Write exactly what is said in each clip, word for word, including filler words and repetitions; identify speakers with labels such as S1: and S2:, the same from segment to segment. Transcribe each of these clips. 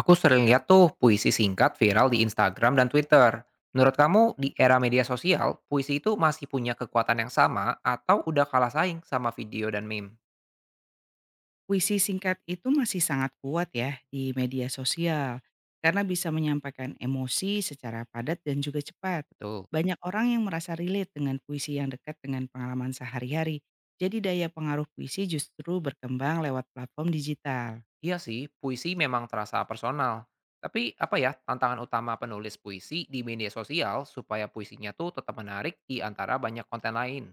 S1: Aku sering lihat tuh puisi singkat viral di Instagram dan Twitter. Menurut kamu di era media sosial, puisi itu masih punya kekuatan yang sama atau udah kalah saing sama video dan meme?
S2: Puisi singkat itu masih sangat kuat ya di media sosial karena bisa menyampaikan emosi secara padat dan juga cepat.
S1: Betul.
S2: Banyak orang yang merasa relate dengan puisi yang dekat dengan pengalaman sehari-hari. Jadi daya pengaruh puisi justru berkembang lewat platform digital.
S1: Iya sih, puisi memang terasa personal. Tapi apa ya tantangan utama penulis puisi di media sosial supaya puisinya tuh tetap menarik di antara banyak konten lain?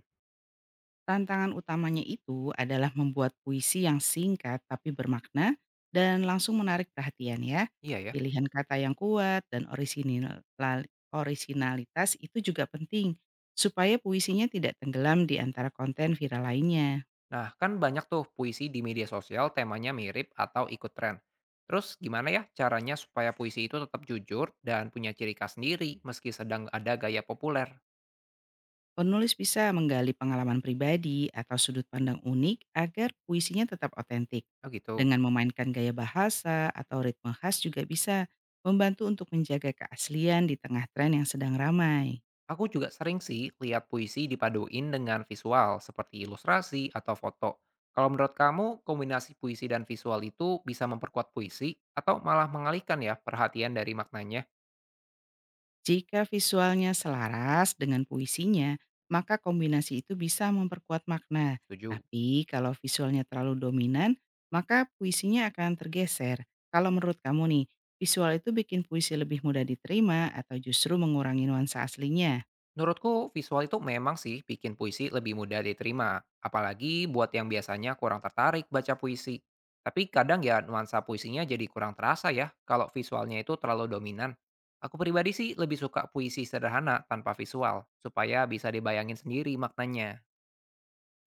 S2: Tantangan utamanya itu adalah membuat puisi yang singkat tapi bermakna dan langsung menarik perhatian ya.
S1: Iya ya.
S2: Pilihan kata yang kuat dan orisinil- lal- orisinalitas itu juga penting supaya puisinya tidak tenggelam di antara konten viral lainnya.
S1: Nah, kan banyak tuh puisi di media sosial temanya mirip atau ikut tren. Terus gimana ya caranya supaya puisi itu tetap jujur dan punya ciri khas sendiri meski sedang ada gaya populer?
S2: Penulis bisa menggali pengalaman pribadi atau sudut pandang unik agar puisinya tetap otentik.
S1: Oh gitu.
S2: Dengan memainkan gaya bahasa atau ritme khas juga bisa membantu untuk menjaga keaslian di tengah tren yang sedang ramai.
S1: Aku juga sering sih lihat puisi dipaduin dengan visual seperti ilustrasi atau foto. Kalau menurut kamu, kombinasi puisi dan visual itu bisa memperkuat puisi atau malah mengalihkan ya perhatian dari maknanya?
S2: Jika visualnya selaras dengan puisinya, maka kombinasi itu bisa memperkuat makna.
S1: Setuju.
S2: Tapi kalau visualnya terlalu dominan, maka puisinya akan tergeser. Kalau menurut kamu nih, visual itu bikin puisi lebih mudah diterima atau justru mengurangi nuansa aslinya?
S1: Menurutku, visual itu memang sih bikin puisi lebih mudah diterima, apalagi buat yang biasanya kurang tertarik baca puisi. Tapi kadang ya nuansa puisinya jadi kurang terasa ya kalau visualnya itu terlalu dominan. Aku pribadi sih lebih suka puisi sederhana tanpa visual, supaya bisa dibayangin sendiri maknanya,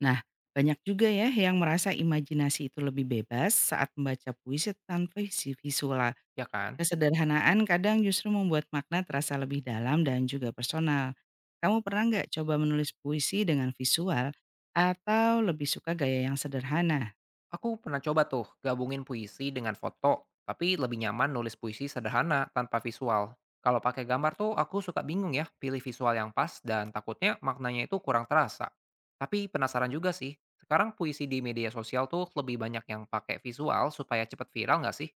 S2: Nah, banyak juga ya yang merasa imajinasi itu lebih bebas saat membaca puisi tanpa visi visual.
S1: ya kan?
S2: Kesederhanaan kadang justru membuat makna terasa lebih dalam dan juga personal. Kamu pernah nggak coba menulis puisi dengan visual atau lebih suka gaya yang sederhana?
S1: Aku pernah coba tuh gabungin puisi dengan foto, tapi lebih nyaman nulis puisi sederhana tanpa visual. Kalau pakai gambar tuh aku suka bingung ya pilih visual yang pas dan takutnya maknanya itu kurang terasa. Tapi penasaran juga sih, sekarang puisi di media sosial tuh lebih banyak yang pakai visual supaya cepet viral nggak sih?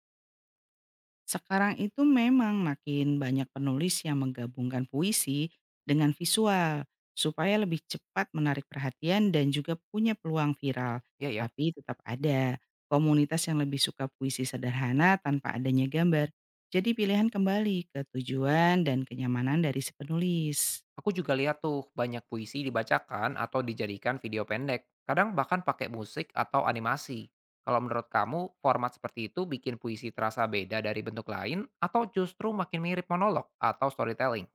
S2: Sekarang itu memang makin banyak penulis yang menggabungkan puisi dengan visual supaya lebih cepat menarik perhatian dan juga punya peluang viral.
S1: Iya ya.
S2: Tapi tetap ada komunitas yang lebih suka puisi sederhana tanpa adanya gambar. Jadi pilihan kembali ke tujuan dan kenyamanan dari si penulis.
S1: Aku juga lihat tuh banyak puisi dibacakan atau dijadikan video pendek. Kadang bahkan pakai musik atau animasi. Kalau menurut kamu, format seperti itu bikin puisi terasa beda dari bentuk lain atau justru makin mirip monolog atau storytelling?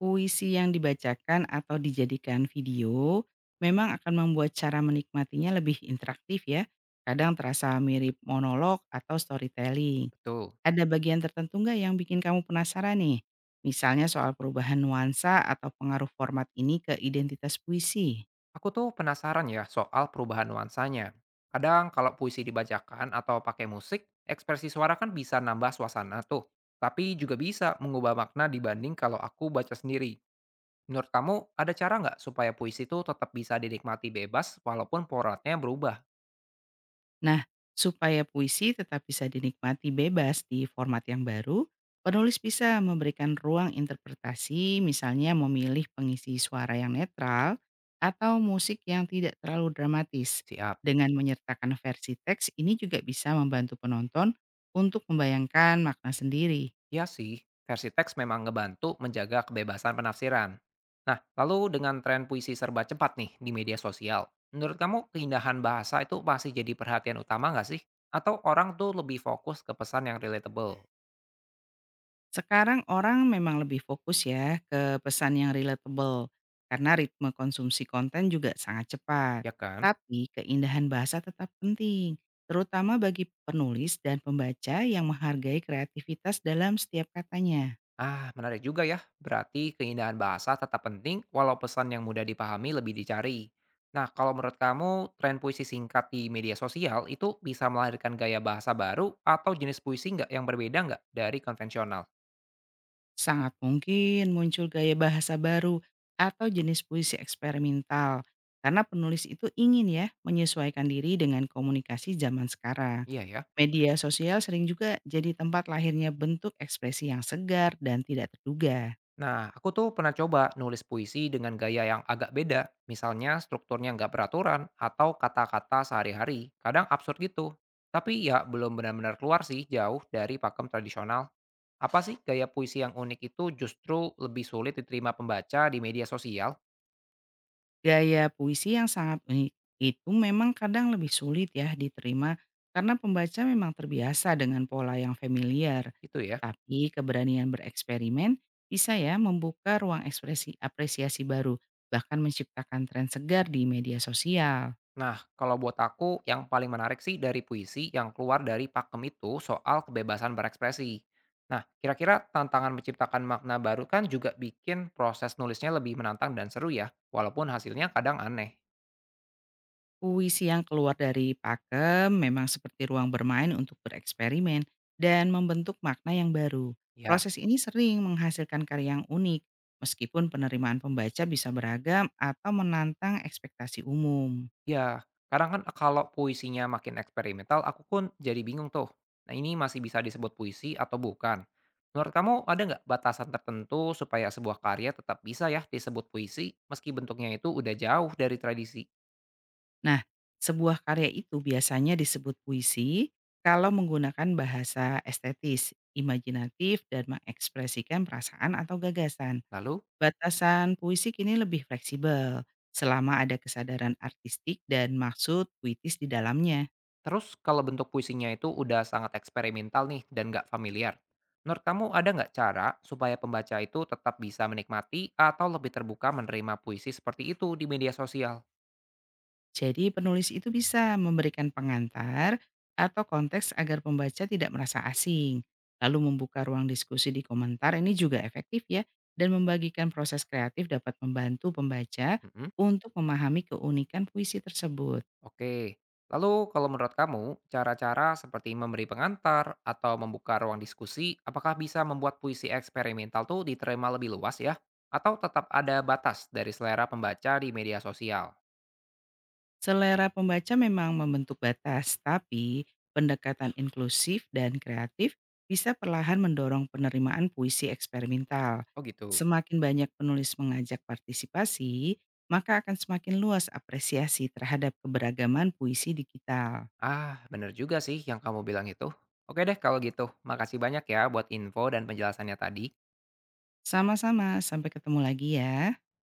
S2: Puisi yang dibacakan atau dijadikan video memang akan membuat cara menikmatinya lebih interaktif ya. Kadang terasa mirip monolog atau storytelling.
S1: Betul.
S2: Ada bagian tertentu nggak yang bikin kamu penasaran nih? Misalnya soal perubahan nuansa atau pengaruh format ini ke identitas puisi.
S1: Aku tuh penasaran ya soal perubahan nuansanya. Kadang kalau puisi dibacakan atau pakai musik, ekspresi suara kan bisa nambah suasana tuh. Tapi juga bisa mengubah makna dibanding kalau aku baca sendiri. Menurut kamu, ada cara nggak supaya puisi itu tetap bisa dinikmati bebas walaupun poratnya berubah?
S2: Nah, supaya puisi tetap bisa dinikmati bebas di format yang baru, penulis bisa memberikan ruang interpretasi, misalnya memilih pengisi suara yang netral atau musik yang tidak terlalu dramatis.
S1: Siap.
S2: Dengan menyertakan versi teks, ini juga bisa membantu penonton untuk membayangkan makna sendiri.
S1: Ya sih, versi teks memang ngebantu menjaga kebebasan penafsiran. Nah, lalu dengan tren puisi serba cepat nih di media sosial, menurut kamu keindahan bahasa itu masih jadi perhatian utama nggak sih? Atau orang tuh lebih fokus ke pesan yang relatable,
S2: Sekarang orang memang lebih fokus ya ke pesan yang relatable karena ritme konsumsi konten juga sangat cepat.
S1: ya kan?
S2: Tapi keindahan bahasa tetap penting, terutama bagi penulis dan pembaca yang menghargai kreativitas dalam setiap katanya.
S1: Ah, menarik juga ya. Berarti keindahan bahasa tetap penting walau pesan yang mudah dipahami lebih dicari. Nah, kalau menurut kamu, tren puisi singkat di media sosial itu bisa melahirkan gaya bahasa baru atau jenis puisi nggak yang berbeda nggak dari konvensional?
S2: Sangat mungkin muncul gaya bahasa baru atau jenis puisi eksperimental karena penulis itu ingin ya menyesuaikan diri dengan komunikasi zaman sekarang.
S1: Iya ya.
S2: Media sosial sering juga jadi tempat lahirnya bentuk ekspresi yang segar dan tidak terduga.
S1: Nah, aku tuh pernah coba nulis puisi dengan gaya yang agak beda. Misalnya strukturnya nggak beraturan atau kata-kata sehari-hari. Kadang absurd gitu. Tapi ya belum benar-benar keluar sih jauh dari pakem tradisional. Apa sih gaya puisi yang unik itu justru lebih sulit diterima pembaca di media sosial?
S2: Gaya puisi yang sangat unik itu memang kadang lebih sulit ya diterima karena pembaca memang terbiasa dengan pola yang familiar.
S1: Gitu ya.
S2: Tapi keberanian bereksperimen bisa ya membuka ruang ekspresi apresiasi baru, bahkan menciptakan tren segar di media sosial.
S1: Nah, kalau buat aku yang paling menarik sih dari puisi yang keluar dari pakem itu soal kebebasan berekspresi. Nah, kira-kira tantangan menciptakan makna baru kan juga bikin proses nulisnya lebih menantang dan seru ya, walaupun hasilnya kadang aneh.
S2: Puisi yang keluar dari pakem memang seperti ruang bermain untuk bereksperimen dan membentuk makna yang baru.
S1: Ya,
S2: Proses ini sering menghasilkan karya yang unik, meskipun penerimaan pembaca bisa beragam atau menantang ekspektasi umum.
S1: Ya, kadang kan e, kalau puisinya makin eksperimental, aku pun jadi bingung tuh. Nah, ini masih bisa disebut puisi atau bukan? Menurut kamu ada nggak batasan tertentu supaya sebuah karya tetap bisa ya disebut puisi meski bentuknya itu udah jauh dari tradisi?
S2: Nah, sebuah karya itu biasanya disebut puisi kalau menggunakan bahasa estetis, imajinatif, dan mengekspresikan perasaan atau gagasan.
S1: Lalu,
S2: Batasan puisi kini lebih fleksibel, selama ada kesadaran artistik dan maksud puitis di dalamnya.
S1: terus kalau bentuk puisinya itu udah sangat eksperimental nih dan nggak familiar, menurut kamu ada nggak cara supaya pembaca itu tetap bisa menikmati atau lebih terbuka menerima puisi seperti itu di media sosial?
S2: Jadi penulis itu bisa memberikan pengantar atau konteks agar pembaca tidak merasa asing. Lalu membuka ruang diskusi di komentar ini juga efektif ya, dan membagikan proses kreatif dapat membantu pembaca
S1: Mhm.
S2: untuk memahami keunikan puisi tersebut.
S1: Oke, lalu kalau menurut kamu, cara-cara seperti memberi pengantar atau membuka ruang diskusi, apakah bisa membuat puisi eksperimental tuh diterima lebih luas ya? Atau tetap ada batas dari selera pembaca di media sosial?
S2: Selera pembaca memang membentuk batas, tapi pendekatan inklusif dan kreatif bisa perlahan mendorong penerimaan puisi eksperimental.
S1: Oh gitu.
S2: Semakin banyak penulis mengajak partisipasi, maka akan semakin luas apresiasi terhadap keberagaman puisi digital.
S1: Ah, bener juga sih yang kamu bilang itu. Oke deh kalau gitu, makasih banyak ya buat info dan penjelasannya tadi.
S2: Sama-sama, sampai ketemu lagi ya.